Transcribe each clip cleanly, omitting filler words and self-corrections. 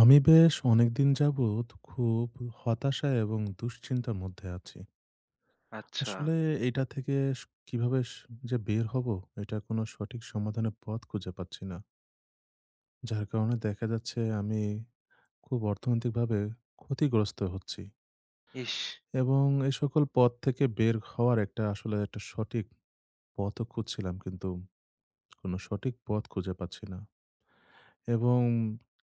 আমি বেশ অনেকদিন যাবৎ খুব হতাশা এবং দুশ্চিন্তার মধ্যে আছি। আচ্ছা। আসলে এটা থেকে স কিভাবে যে বের হব, এটার কোনো সঠিক সমাধানের পথ খুঁজে পাচ্ছি না। যার কারণে দেখা যাচ্ছে আমি খুব অর্থনৈতিকভাবে ক্ষতিগ্রস্ত হচ্ছি ইস! এবং এই সকল পথ থেকে বের হওয়ার একটা সঠিক পথও খুঁজছিলাম, কিন্তু কোনো সঠিক পথ খুঁজে পাচ্ছি না এবং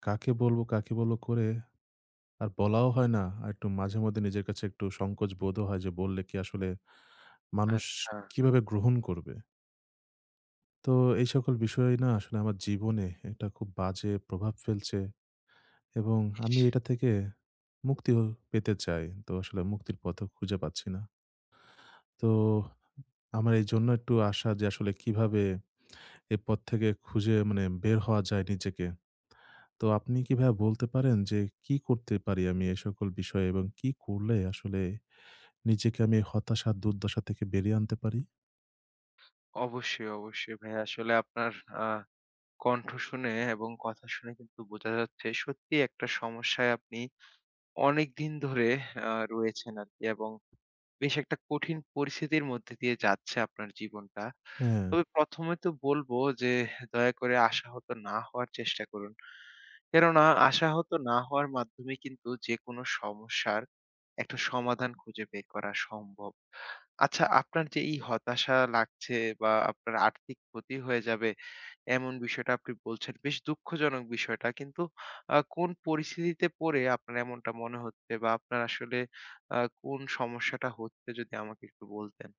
কাকে বলব, কাকে বলব করে আর বলাও হয় না। আর একটু মাঝে মধ্যে নিজের কাছে একটু সংকোচ বোধও হয় যে বললে কি আসলে মানুষ আচ্ছা। কিভাবে গ্রহণ করবে? তো এই সকল বিষয় না আসলে আমার জীবনে একটা খুব বাজে প্রভাব ফেলছে এবং আমি এটা থেকে মুক্তিও পেতে চাই। তো আসলে মুক্তির পথও খুঁজে পাচ্ছি না। তো আমার এইজন্য একটু আশা যে আসলে কিভাবে এ পথ থেকে খুঁজে মানে বের হওয়া যায় নিজেকে। তো আপনি কি ভাইয়া বলতে পারেন যে কি করতে পারি আমি এই সকল বিষয়ে এবং কি করলে আসলে নিজেকে আমি এই হতাশা আর দুর্দশা থেকে বেরিয়ে আনতে পারি? অবশ্যই, অবশ্যই ভাই। আসলে আপনার আ কণ্ঠ শুনে এবং কথা শুনে কিন্তু বোঝা যাচ্ছে সত্যিই একটা সমস্যায় আপনি অনেকদিন ধরে রয়েছেন আরকি এবং বেশ একটা কঠিন পরিস্থিতির মধ্যে দিয়ে যাচ্ছে আপনার জীবনটা। হ্যাঁ, তবে ১ম এ তো বলবো যে দয়া করে আশাহত না হওয়ার চেষ্টা করুন। কেননা আশাহত না হওয়ার মাধ্যমে কিন্তু যেকোনো সমস্যার একটা সমাধান খুঁজে বের করা সম্ভব। আচ্ছা, আপনার যে এই হতাশা লাগছে বা আপনার আর্থিক ক্ষতি হয়ে যাবে এমন বিষয়টা আপনি বলছেন, বেশ দুঃখজনক বিষয়টা। কিন্তু কোন পরিস্থিতিতে পড়ে আপনার এমনটা মনে হচ্ছে বা আপনার আসলে আ কোন সমস্যাটা হচ্ছে যদি আমাকে একটু বলতেন?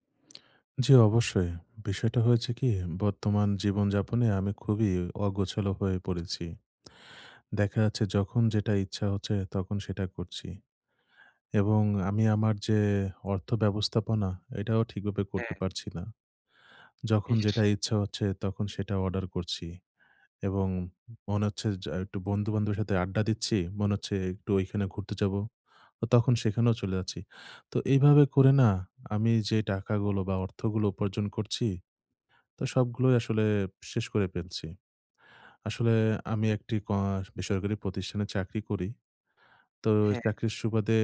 জি অবশ্যই। বিষয়টা হয়েছে কি, বর্তমান জীবনযাপনে আমি খুবই অগোছালো হয়ে পড়েছি। দেখা যাচ্ছে যখন যেটা ইচ্ছা হচ্ছে তখন সেটা করছি। এবং আমি আমার যে অর্থ ব্যবস্থাপনা, এটাও ঠিকভাবে হ্যাঁ, করতে পারছি না। যখন ইস! যেটা ইচ্ছা হচ্ছে তখন সেটা অর্ডার করছি। এবং মনে হচ্ছে যা একটু বন্ধু-বান্ধবের সাথে আড্ডা দিচ্ছি। মনে হচ্ছে একটু ওইখানে ঘুরতে যাবো। তো তখন সেখানেও চলে যাচ্ছি। তো এইভাবে করে না আমি যে টাকাগুলো বা অর্থগুলো উপার্জন করছি, তো সবগুলোই আসলে শেষ করে ফেলছি। আসলে আমি একটি বেসরকারি প্রতিষ্ঠানে চাকরি করি। তো হ্যাঁ, চাকরির সুবাদে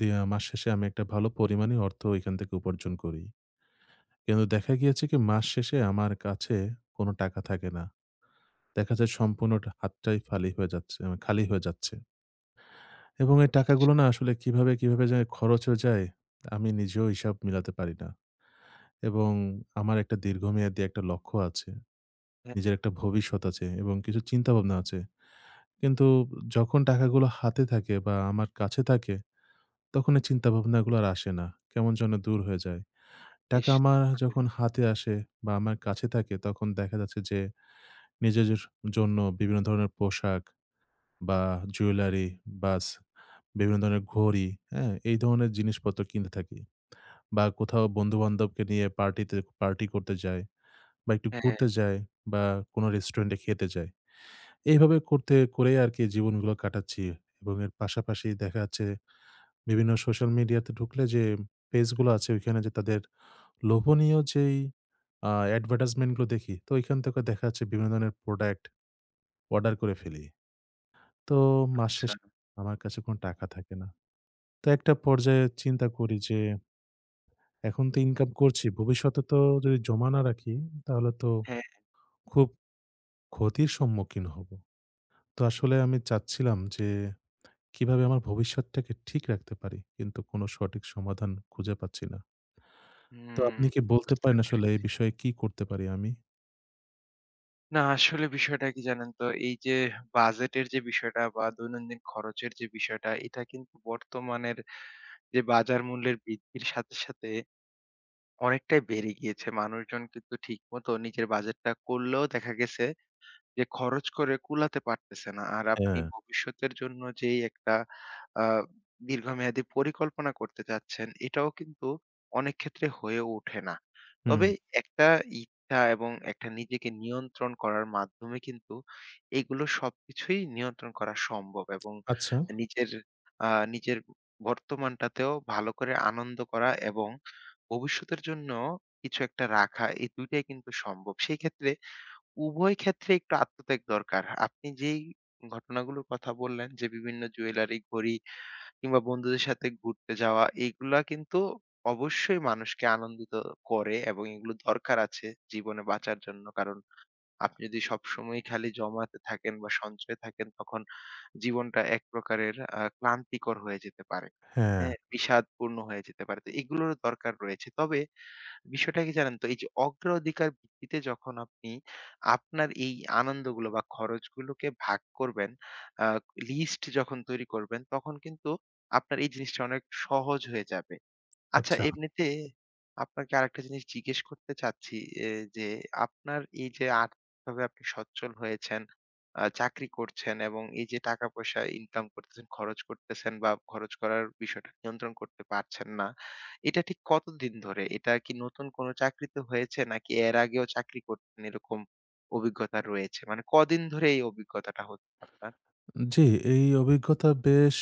দিয়া মাস শেষে আমি একটা ভালো পরিমাণই অর্থ এখান থেকে উপার্জন করি। কিন্তু দেখা গিয়েছে কি মাস শেষে আমার কাছে কোনো টাকা থাকে না। দেখা যায় সম্পূর্ণ টা হাতটাই ফালি হয়ে যাচ্ছে আ খালি হয়ে যাচ্ছে। এবং এই টাকাগুলো না আসলে কিভাবে যে খরচ হয়ে যায় আমি নিজেও হিসাব মিলাতে পারি না। এবং আমার একটা দীর্ঘমেয়াদী একটা লক্ষ্য আছে। হ্যাঁ, নিজের একটা ভবিষ্যৎ আছে এবং কিছু চিন্তাভাবনা আছে। কিন্তু যখন টাকাগুলো হাতে থাকে বা আমার কাছে থাকে, তখন এই চিন্তাভাবনাগুলো আর আসে না। কেমন যেন দূর হয়ে যায়। টাকা ইস! আমার যখন দুঃখজনক। হাতে আসে বা আমার কাছে থাকে, তখন দেখা যাচ্ছে যে নিজের জন্য বিভিন্ন ধরনের পোশাক বা জুয়েলারি, বাস বিভিন্ন ধরনের ঘড়ি, হ্যাঁ? এই ধরনের জিনিসপত্র কিনতে থাকি। বা কোথাও বন্ধু-বান্ধবকে নিয়ে পার্টিতে পার্টি করতে যাই। বা একটু হ্যাঁ, ঘুরতে যাই বা কোনো রেস্টুরেন্টে খেতে যাই। এইভাবে করতে করেই আরকি জীবনগুলো কাটাচ্ছি এবং এর পাশাপাশি দেখা যাচ্ছে বিভিন্ন সোশ্যাল মিডিয়াতে ঢুকলে যে পেজ গুলো আছে ওইখানে যে তাদের লোভনীয় যেই অ্যাডভার্টাইজমেন্ট গুলো দেখি, তো ওইখান থেকে দেখা যাচ্ছে বিভিন্ন ধরনের প্রোডাক্ট অর্ডার করে ফেলি। তো মাস আচ্ছা। শেষে আমার কাছে কোনো টাকা থাকে না। তো একটা পর্যায়ে চিন্তা করি যে এখন তো ইনকাম করছি, ভবিষ্যতে তো যদি জমা না রাখি তাহলে তো হ্যাঁ, খুব ক্ষতির সম্মুখীন হব। তো আসলে আমি চাচ্ছিলাম যে কিভাবে আমার ভবিষ্যৎটাকে ঠিক রাখতে পারি, কিন্তু কোনো সঠিক সমাধান খুঁজে পাচ্ছি না। তো হুম, আপনি কি বলতে বুঝতে পারেন আসলে এই পেরেছি। বিষয়ে কি করতে পারি আমি? না আসলে বিষয়টা কি জানেন তো? এই যে বাজেটের যে বিষয়টা বা দৈনন্দিন খরচের যে বিষয়টা, এটা কিন্তু বর্তমানের যে বাজার মূল্যের বৃদ্ধির সাথে, সাথে অনেকটাই বেড়ে গিয়েছে। মানুষজন কিন্তু ঠিকমতো নিজের বাজেটটা করলেও দেখা গেছে যে খরচ করে কুলাতে পারতেছে না। আর আপনি হ্যাঁ। ভবিষ্যতের জন্য যেই একটা আ দীর্ঘমেয়াদী পরিকল্পনা করতে চাচ্ছেন, এটাও কিন্তু অনেক ক্ষেত্রে হয়ে ওঠে না। হুম, তবে একটা ইচ্ছা এবং একটা নিজেকে নিয়ন্ত্রণ করার মাধ্যমে কিন্তু এগুলো সবকিছুই নিয়ন্ত্রণ করা সম্ভব এবং আচ্ছা। নিজের আ নিজের বর্তমানটাতেও ভালো করে আনন্দ করা এবং ভবিষ্যতের জন্য কিছু একটা রাখা, এই ২ টাই কিন্তু সম্ভব। সেই ক্ষেত্রে উভয় ক্ষেত্রে একটু আত্মত্যাগ দরকার। আপনি যেই ঘটনাগুলোর কথা বললেন যে বিভিন্ন জুয়েলারি, ঘড়ি কিংবা বন্ধুদের সাথে ঘুরতে যাওয়া এইগুলা কিন্তু অবশ্যই মানুষকে আনন্দিত করে এবং এগুলো দরকার আছে জীবনে বাঁচার জন্য। কারণ আপনি যদি সবসময় খালি জমাতে থাকেন বা সঞ্চয়ে থাকেন তখন জীবনটা এক প্রকারের ক্লান্তিকর হয়ে যেতে পারে। হ্যাঁ, হ্যাঁ? বিষাদপূর্ণ হয়ে যেতে পারে। তো এগুলোরও দরকার রয়েছে। তবে বিষয়টা কি জানেন তো? এই যে অগ্রাধিকার ভিত্তিতে যখন আপনি আপনার এই আনন্দগুলো বা খরচগুলোকে ভাগ করবেন, আ লিস্ট যখন তৈরি করবেন, তখন কিন্তু আপনার এই জিনিসটা অনেক সহজ হয়ে যাবে। আচ্ছা আচ্ছা। এমনিতে আপনাকে আরেকটা জিনিস জিজ্ঞেস করতে চাচ্ছি এ যে আপনার এই যে আর্থিকভাবে আপনি সচ্ছল হয়েছেন, চাকরি করছেন এবং এই যে টাকা-পয়সা ইনকাম করতেছেন, খরচ করতেছেন বা খরচ করার বিষয়টা নিয়ন্ত্রণ করতে পারছেন না। এটা ঠিক কতদিন ধরে? এটা কি নতুন কোনো চাকরিতে হয়েছে নাকি এর আগেও চাকরি করতেন এরকম অভিজ্ঞতা রয়েছে? মানে কদিন ধরে এই অভিজ্ঞতাটা হচ্ছে আপনার? জি, এই অভিজ্ঞতা বেশ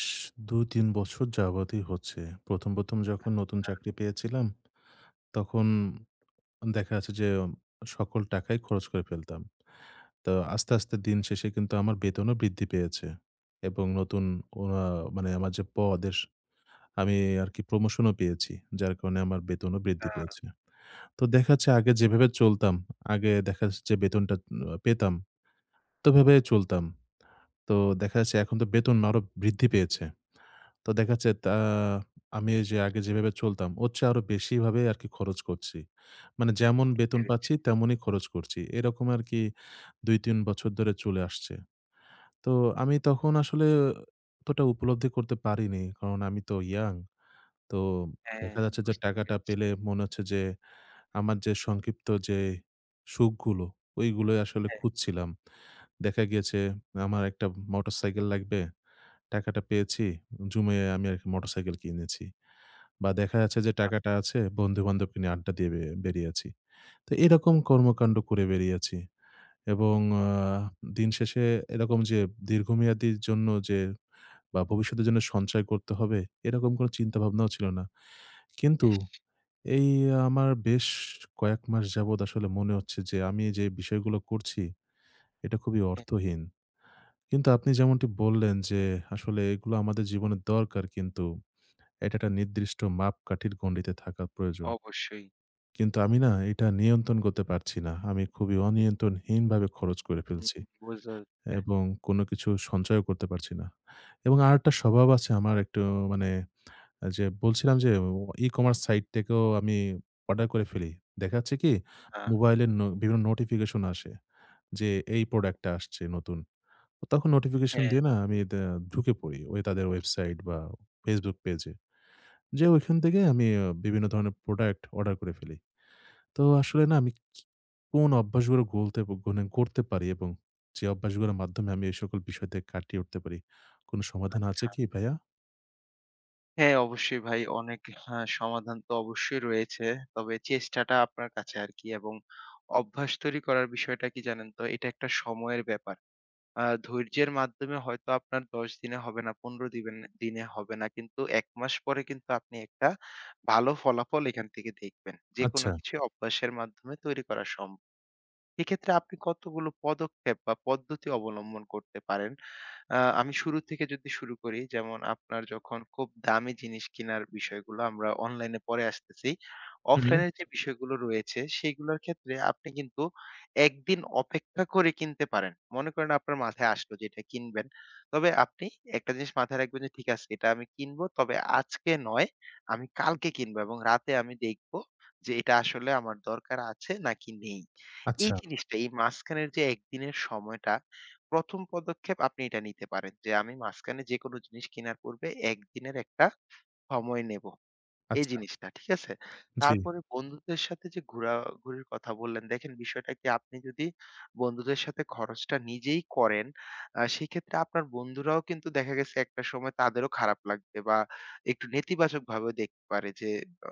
২-৩ বছর যাবতই হচ্ছে। ১ম যখন নতুন চাকরি পেয়েছিলাম, তখন দেখা যাচ্ছে যে সকল টাকাই খরচ করে ফেলতাম। তো আস্তে, আস্তে দিন শেষে কিন্তু আমার বেতনও বৃদ্ধি পেয়েছে এবং নতুন অ মানে আমার যে পদ এর আমি আরকি প্রমোশনও পেয়েছি। যার কারণে আমার বেতনও আ বৃদ্ধি পেয়েছে। তো দেখা যাচ্ছে আগে যেভাবে চলতাম, আগে দেখা যাচ্ছে যে বেতনটা পেতাম, তো ওভাবে চলতাম। তো দেখা যাচ্ছে এখন তো বেতন আরো বৃদ্ধি পেয়েছে। তো দেখা যাচ্ছে তা আমি এই যে আগে যেভাবে চলতাম, ওর চেয়ে আরো বেশিভাবে আরকি খরচ করছি। মানে যেমন বুঝতে বেতন পেরেছি। পাচ্ছি তেমনই খরচ করছি। এরকম আরকি ২-৩ বছর ধরে চলে আসছে। তো আমি তখন আসলে অতটা উপলব্ধি করতে পারিনি। কারণ আমি তো ইয়াং। তো হ্যাঁ, দেখা যাচ্ছে যে বুঝতে টাকাটা পেরেছি। পেলে মনে হচ্ছে যে আমার যে সংক্ষিপ্ত যে সুখগুলো, ওইগুলোই আসলে হ্যাঁ, খুঁজছিলাম। দেখা গিয়েছে আমার একটা মোটরসাইকেল লাগবে। টাকাটা পেয়েছি জমিয়ে আমি আরকি মোটরসাইকেল কিনেছি। বা দেখা যাচ্ছে যে আ টাকাটা আছে বন্ধু-বান্ধবকে নিয়ে আড্ডা দিয়ে বেরিয়েছি। তো এরকম কর্মকাণ্ড করে বেরিয়েছি। এবং আ দিন শেষে এরকম যে দীর্ঘমেয়াদীর জন্য যে বা ভবিষ্যতের জন্য সঞ্চয় করতে হবে এরকম কোনো চিন্তাভাবনাও ছিল না। কিন্তু ইস! এই আমার বেশ কয়েক মাস যাবৎ আসলে মনে হচ্ছে যে আমি যে বিষয়গুলো করছি এটা খুবই হ্যাঁ, অর্থহীন। কিন্তু আপনি যেমনটি বললেন যে আসলে এগুলো আমাদের জীবনে দরকার, কিন্তু এটা একটা নির্দিষ্ট মাপকাঠির গণ্ডিতে থাকা প্রয়োজন। অবশ্যই। কিন্তু আমি না এটা নিয়ন্ত্রণ করতে পারছি না। আমি খুবই অনিয়ন্ত্রণহীনভাবে খরচ করে হুম, ফেলছি বুঝা যাচ্ছে। এবং কোনো কিছু সঞ্চয়ও করতে পারছি না। এবং আরেকটা স্বভাব আছে আমার একটু, মানে, যে বলছিলাম যে ই-কমার্স সাইট থেকেও আমি অর্ডার করে ফেলি। দেখা যাচ্ছে কি আ মোবাইলের বিভিন্ন নোটিফিকেশন আসে যে এই প্রোডাক্টটা আসছে নতুন। তখন নোটিফিকেশন হ্যাঁ, দিয়ে না আমি ঢুকে পড়ি ওই তাদের ওয়েবসাইট বা Facebook পেজে। যেয়ে ওইখান থেকে আমি বিভিন্ন ধরনের প্রোডাক্ট অর্ডার করে ফেলি। তো আসলে না আমি কি কোন অভ্যাসগুলো গলতে মানে গড়তে পারি এবং যে অভ্যাসগুলোর মাধ্যমে আমি এই সকল বিষয় থেকে কাটিয়ে উঠতে পারি? কোন সমাধান আছে আচ্ছা। কি ভাইয়া? হ্যাঁ, অবশ্যই ভাই অনেক সমাধান তো অবশ্যই রয়েছে। তবে চেষ্টাটা আপনার কাছে আরকি এবং অভ্যাস তৈরি করার বিষয়টা কি জানেন তো? এটা একটা সময়ের ব্যাপার। ধৈর্যের মাধ্যমে হয়তো আপনার ১০ দিনে হবে না, ১৫ দিনে হবে না। কিন্তু ১ মাস পরে কিন্তু আপনি একটা ভালো ফলাফল এখান থেকে দেখবেন। যেকোনো আচ্ছা। কিছুই অভ্যাসের মাধ্যমে তৈরি করা সম্ভব। এক্ষেত্রে আপনি কতগুলো পদক্ষেপ বা পদ্ধতি অবলম্বন করতে পারেন? আ আমি শুরু থেকে যদি শুরু করি, যেমন আপনার যখন খুব দামি জিনিস কেনার বিষয়গুলো আমরা অনলাইনে পরে আসতেছি। হুম, অফলাইনের যে বিষয়গুলো রয়েছে সেগুলোর ক্ষেত্রে আপনি কিন্তু একদিন অপেক্ষা করে কিনতে পারেন। মনে করেন আপনার মাথায় আসলো যে এটা কিনবেন। তবে আপনি একটা জিনিস মাথায় রাখবেন যে ঠিক আছে এটা আমি কিনবো। তবে আজকে নয়, আমি কালকে কিনবো এবং রাতে আমি দেখব যে এটা আসলে আমার দরকার আছে নাকি নেই। এই আচ্ছা, জিনিসটা এই মাঝখানের যে একদিনের সময়টা ১ম পদক্ষেপ আপনি এটা নিতে পারেন যে, আমি মাঝখানে যেকোনো জিনিস কেনার পূর্বে ১ দিনের একটা সময় নেব। এই আচ্ছা। জিনিসটা, ঠিক আছে? জি। তারপরে বন্ধুদের সাথে যে ঘোরাঘুরির কথা বললেন, দেখেন বিষয়টা কি আপনি যদি বন্ধুদের সাথে খরচটা নিজেই করেন, সেক্ষেত্রে আপনার বন্ধুরাও কিন্তু দেখা গেছে একটা সময় তাদেরও খারাপ লাগবে বা একটু নেতিবাচকভাবেও দেখতে পারে যে অ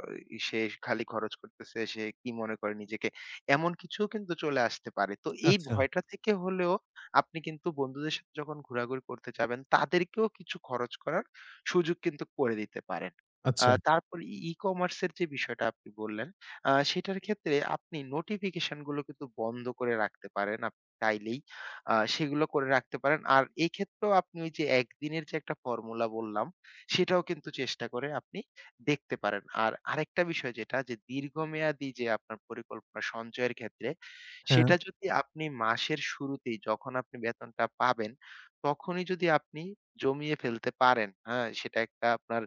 সে খালি খরচ করতেছে, সে কি মনে করে নিজেকে? এমন কিছুও কিন্তু চলে আসতে পারে। তো এই আচ্ছা, ভয়টা থেকে হলেও আপনি কিন্তু বন্ধুদের সাথে যখন ঘোরাঘুরি করতে যাবেন, তাদেরকেও কিছু খরচ করার সুযোগ কিন্তু করে দিতে পারেন। আচ্ছা। তারপর ই-কমার্স এর যে বিষয়টা আপনি বললেন, সেটার ক্ষেত্রে আপনি নোটিফিকেশন গুলো কিন্তু বন্ধ করে রাখতে পারেন আপনি চাইলেই। সেগুলো করে রাখতে পারেন। আর এক্ষেত্রেও আপনি ওই যে একদিনের যে একটা ফর্মুলা বললাম, সেটাও কিন্তু চেষ্টা করে আপনি দেখতে পারেন। আর আরেকটা বিষয় যেটা যে দীর্ঘমেয়াদী যে আপনার পরিকল্পনা সঞ্চয়ের ক্ষেত্রে, হ্যাঁ, সেটা যদি আপনি মাসের শুরুতেই যখন আপনি বেতনটা পাবেন, তখনই যদি আপনি জমিয়ে ফেলতে পারেন, হ্যাঁ? সেটা একটা আপনার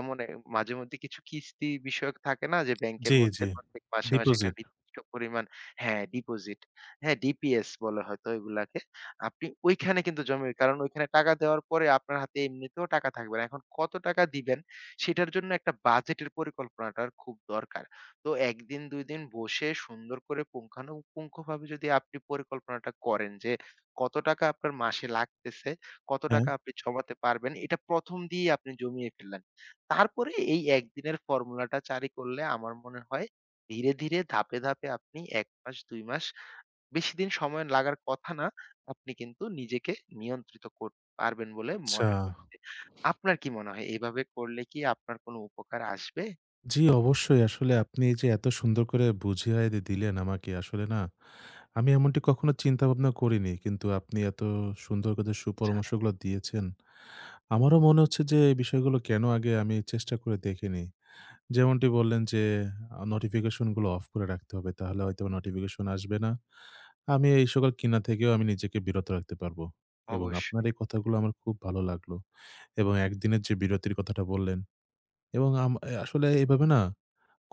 এমন মাঝে মধ্যে কিছু কিস্তি বিষয়ক থাকে না যে ব্যাংকের জি, মধ্যে জি। প্রত্যেক মাসে, মাসে একটা ডিপোজিট। নির্দিষ্ট পরিমাণ হ্যাঁ, ডিপোজিট। হ্যাঁ, ডিপিএস বলে হয়তো এগুলাকে। আপনি ওইখানে কিন্তু জমে কারণ ওইখানে টাকা দেওয়ার পরে আপনার হাতে এমনিতেও টাকা থাকবে না। এখন কত টাকা দিবেন সেটার জন্য একটা বাজেটের পরিকল্পনাটার খুব দরকার। তো ১ দিন ২ দিন বসে সুন্দর করে পুঙ্খানুপুঙ্খভাবে যদি আপনি পরিকল্পনাটা করেন যে কত টাকা আপনার মাসে লাগতেছে, কত হ্যাঁ, টাকা আপনি জমাতে পারবেন, এটা ১ম দিয়েই আপনি জমিয়ে ফেললেন। তারপরে এই একদিনের ফর্মুলাটা জারি করলে আমার মনে হয় ধীরে, ধীরে ধাপে, ধাপে আপনি ১ মাস ২ মাস বেশি দিন সময় লাগার কথা না। আপনি কিন্তু নিজেকে নিয়ন্ত্রিত করতে পারবেন বলে আচ্ছা। মনে হচ্ছে। আপনার কি মনে হয় এভাবে করলে কি আপনার কোনো উপকার আসবে? জি, অবশ্যই আসলে আপনি যে এত সুন্দর করে বুঝিয়ে দিলেন আমাকে আসলে না আমি এমনটি কখনো চিন্তা ভাবনা করিনি। কিন্তু আপনি এত সুন্দর করে আচ্ছা, সুপরামর্শগুলো দিয়েছেন। আমারও মনে হচ্ছে যে এই বিষয়গুলো কেন আগে আমি চেষ্টা করে দেখিনি। যেমনটি বললেন যে, নোটিফিকেশন গুলো অফ করে রাখতে হবে। তাহলে হয়তোবা নোটিফিকেশন আসবে না। আমি এই সকল কিনা থেকেও আমি নিজেকে বিরত রাখতে পারবো। এবং আপনার অবশ্যই। এই কথাগুলো আমার খুব ভালো লাগলো। এবং একদিনের যে বিরতির কথাটা বললেন এবং আম এ আসলে এভাবে না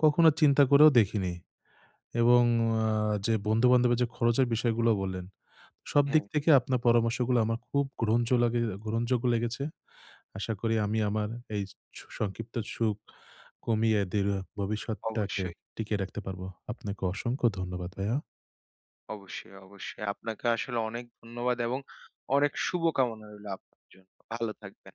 কখনো চিন্তা করেও দেখিনি। এবং আ যে বন্ধু-বান্ধবের যে খরচের বিষয়গুলো বললেন, সব হ্যাঁ, দিক থেকে আপনার পরামর্শগুলো আমার খুব গ্রহণজ লাগে গ্রহণযোগ্য লেগেছে। আশা করি আমি আমার এই সংক্ষিপ্ত সুখ কমিয়ে দৃঢ় ভবিষ্যৎটাকে অবশ্যই, টিকিয়ে রাখতে পারবো। আপনাকে অসংখ্য ধন্যবাদ ভাইয়া। অবশ্যই, অবশ্যই। আপনাকে আসলে অনেক ধন্যবাদ এবং অনেক শুভকামনা রইলো আপনার জন্য। ভালো থাকবেন।